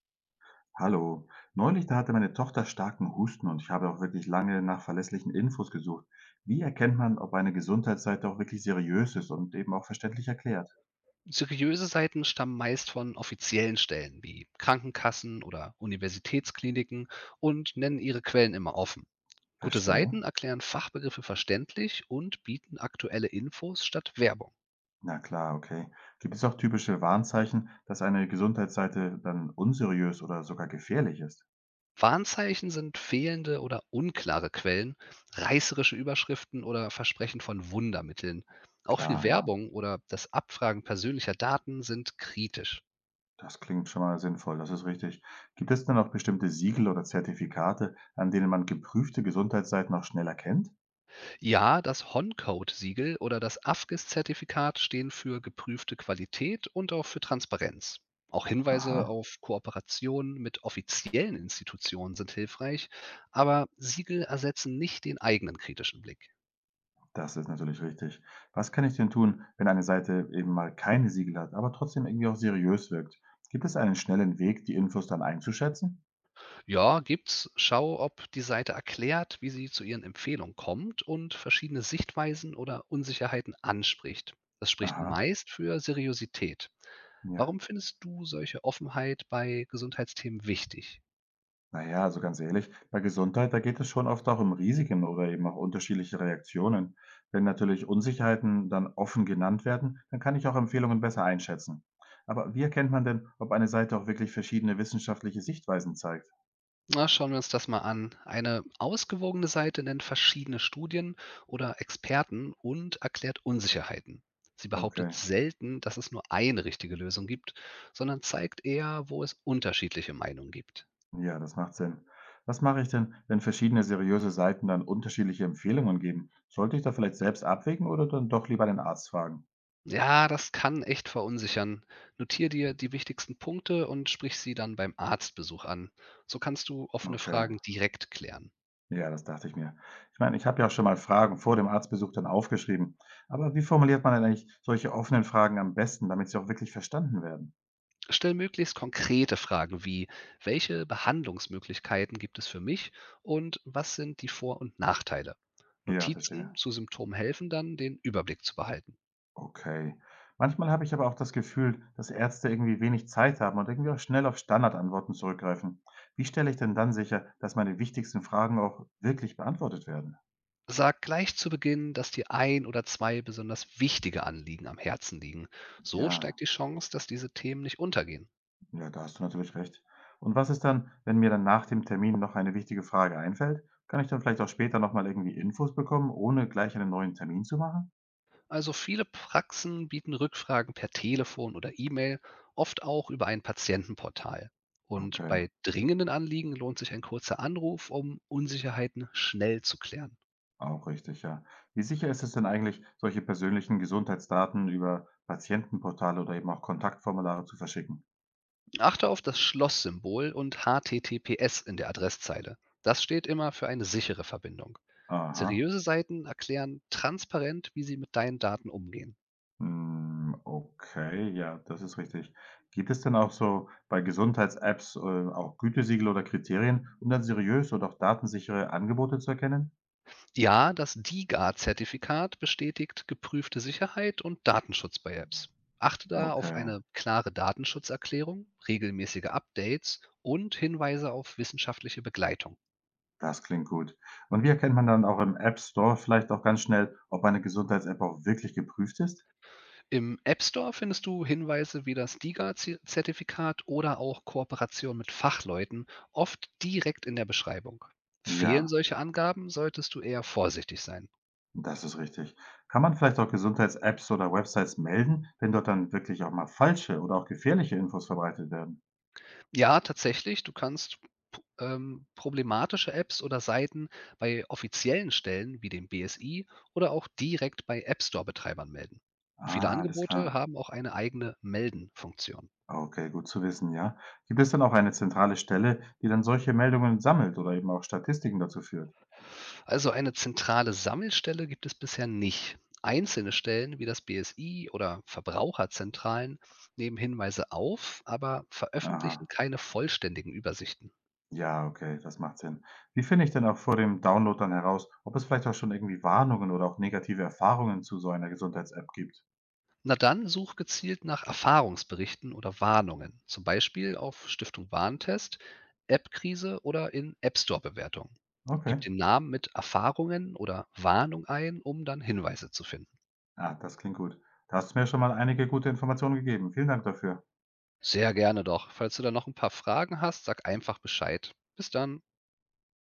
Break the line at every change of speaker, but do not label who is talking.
Hallo. Neulich, da hatte meine Tochter starken Husten und ich habe auch wirklich lange nach verlässlichen Infos gesucht. Wie erkennt man, ob eine Gesundheitsseite auch wirklich seriös ist und eben auch verständlich erklärt?
Seriöse Seiten stammen meist von offiziellen Stellen wie Krankenkassen oder Universitätskliniken und nennen ihre Quellen immer offen. Gute
Verstehe.
Seiten erklären Fachbegriffe verständlich und bieten aktuelle Infos statt Werbung.
Na klar, okay. Gibt es auch typische Warnzeichen, dass eine Gesundheitsseite dann unseriös oder sogar gefährlich ist?
Warnzeichen sind fehlende oder unklare Quellen, reißerische Überschriften oder Versprechen von Wundermitteln. Auch viel
Klar, ja.
Werbung oder das Abfragen persönlicher Daten sind kritisch.
Das klingt schon mal sinnvoll, das ist richtig. Gibt es denn auch bestimmte Siegel oder Zertifikate, an denen man geprüfte Gesundheitsseiten auch schnell erkennt?
Ja, das honcode siegel oder das AFGIS-Zertifikat stehen für geprüfte Qualität und auch für Transparenz. Auch Hinweise
Aha.
auf Kooperationen mit offiziellen Institutionen sind hilfreich, aber Siegel ersetzen nicht den eigenen kritischen Blick.
Das ist natürlich richtig. Was kann ich denn tun, wenn eine Seite eben mal keine Siegel hat, aber trotzdem irgendwie auch seriös wirkt? Gibt es einen schnellen Weg, die Infos dann einzuschätzen?
Ja, gibt's. Schau, ob die Seite erklärt, wie sie zu ihren Empfehlungen kommt und verschiedene Sichtweisen oder Unsicherheiten anspricht. Das spricht
Aha,
meist für Seriosität.
ja.
Warum findest du solche Offenheit bei Gesundheitsthemen wichtig?
Naja, also ganz ehrlich, bei Gesundheit, da geht es schon oft auch um Risiken oder eben auch unterschiedliche Reaktionen. Wenn natürlich Unsicherheiten dann offen genannt werden, dann kann ich auch Empfehlungen besser einschätzen. Aber wie erkennt man denn, ob eine Seite auch wirklich verschiedene wissenschaftliche Sichtweisen zeigt?
Na, schauen wir uns das mal an. Eine ausgewogene Seite nennt verschiedene Studien oder Experten und erklärt Unsicherheiten. Sie behauptet
Okay.
selten, dass es nur eine richtige Lösung gibt, sondern zeigt eher, wo es unterschiedliche Meinungen gibt.
Ja, das macht Sinn. Was mache ich denn, wenn verschiedene seriöse Seiten dann unterschiedliche Empfehlungen geben? Sollte ich da vielleicht selbst abwägen oder dann doch lieber den Arzt fragen?
Ja, das kann echt verunsichern. Notier dir die wichtigsten Punkte und sprich sie dann beim Arztbesuch an. So kannst du offene
Okay,
Fragen direkt klären.
ja, das dachte ich mir. Ich meine, ich habe ja auch schon mal Fragen vor dem Arztbesuch dann aufgeschrieben. Aber wie formuliert man denn eigentlich solche offenen Fragen am besten, damit sie auch wirklich verstanden werden?
Stell möglichst konkrete Fragen wie: Welche Behandlungsmöglichkeiten gibt es für mich und was sind die Vor- und Nachteile?
Ja, verstehe.
Notizen zu Symptomen helfen dann, den Überblick zu behalten.
Okay. Manchmal habe ich aber auch das Gefühl, dass Ärzte irgendwie wenig Zeit haben und irgendwie auch schnell auf Standardantworten zurückgreifen. Wie stelle ich denn dann sicher, dass meine wichtigsten Fragen auch wirklich beantwortet werden?
Sag gleich zu Beginn, dass dir ein oder zwei besonders wichtige Anliegen am Herzen liegen. So
Ja,
steigt die Chance, dass diese Themen nicht untergehen.
ja, da hast du natürlich recht. Und was ist dann, wenn mir dann nach dem Termin noch eine wichtige Frage einfällt? Kann ich dann vielleicht auch später nochmal irgendwie Infos bekommen, ohne gleich einen neuen Termin zu machen?
Also viele Praxen bieten Rückfragen per Telefon oder E-Mail, oft auch über ein Patientenportal. Und
Okay,
bei dringenden Anliegen lohnt sich ein kurzer Anruf, um Unsicherheiten schnell zu klären.
auch richtig, ja. Wie sicher ist es denn eigentlich, solche persönlichen Gesundheitsdaten über Patientenportale oder eben auch Kontaktformulare zu verschicken?
Achte auf das Schlosssymbol und HTTPS in der Adresszeile. Das steht immer für eine sichere Verbindung.
Aha.
Seriöse Seiten erklären transparent, wie sie mit deinen Daten umgehen.
Hm, okay, ja, das ist richtig. Gibt es denn auch so bei Gesundheits-Apps auch Gütesiegel oder Kriterien, um dann seriös und auch datensichere Angebote zu erkennen?
Ja, das DiGA-Zertifikat bestätigt geprüfte Sicherheit und Datenschutz bei Apps. Achte da auf
Okay,
eine klare Datenschutzerklärung, regelmäßige Updates und Hinweise auf wissenschaftliche Begleitung.
das klingt gut. Und wie erkennt man dann auch im App Store vielleicht auch ganz schnell, ob eine Gesundheits-App auch wirklich geprüft ist?
Im App Store findest du Hinweise wie das DiGA-Zertifikat oder auch Kooperation mit Fachleuten, oft direkt in der Beschreibung.
Ja,
Fehlen solche Angaben, solltest du eher vorsichtig sein.
das ist richtig. Kann man vielleicht auch Gesundheits-Apps oder Websites melden, wenn dort dann wirklich auch mal falsche oder auch gefährliche Infos verbreitet werden?
Ja, tatsächlich. Du kannst p problematische Apps oder Seiten bei offiziellen Stellen wie dem BSI oder auch direkt bei App-Store-Betreibern melden. Viele
Ah, alles
Angebote
klar.
haben auch eine eigene Melden-Funktion.
Okay, gut zu wissen, ja. Gibt es dann auch eine zentrale Stelle, die dann solche Meldungen sammelt oder eben auch Statistiken dazu führt?
Also eine zentrale Sammelstelle gibt es bisher nicht. Einzelne Stellen wie das BSI oder Verbraucherzentralen nehmen Hinweise auf, aber veröffentlichen
Aha.
keine vollständigen Übersichten.
Ja, okay, das macht Sinn. Wie finde ich denn auch vor dem Download dann heraus, ob es vielleicht auch schon irgendwie Warnungen oder auch negative Erfahrungen zu so einer Gesundheits-App gibt?
Na dann such gezielt nach Erfahrungsberichten oder Warnungen, zum Beispiel auf Stiftung Warentest, App-Krise oder in App Store-Bewertungen.
Okay.
Gib den Namen mit Erfahrungen oder Warnung ein, um dann Hinweise zu finden.
Ah, das klingt gut. Da hast du mir schon mal einige gute Informationen gegeben. Vielen Dank dafür.
Sehr gerne doch. Falls du da noch ein paar Fragen hast, sag einfach Bescheid. Bis dann.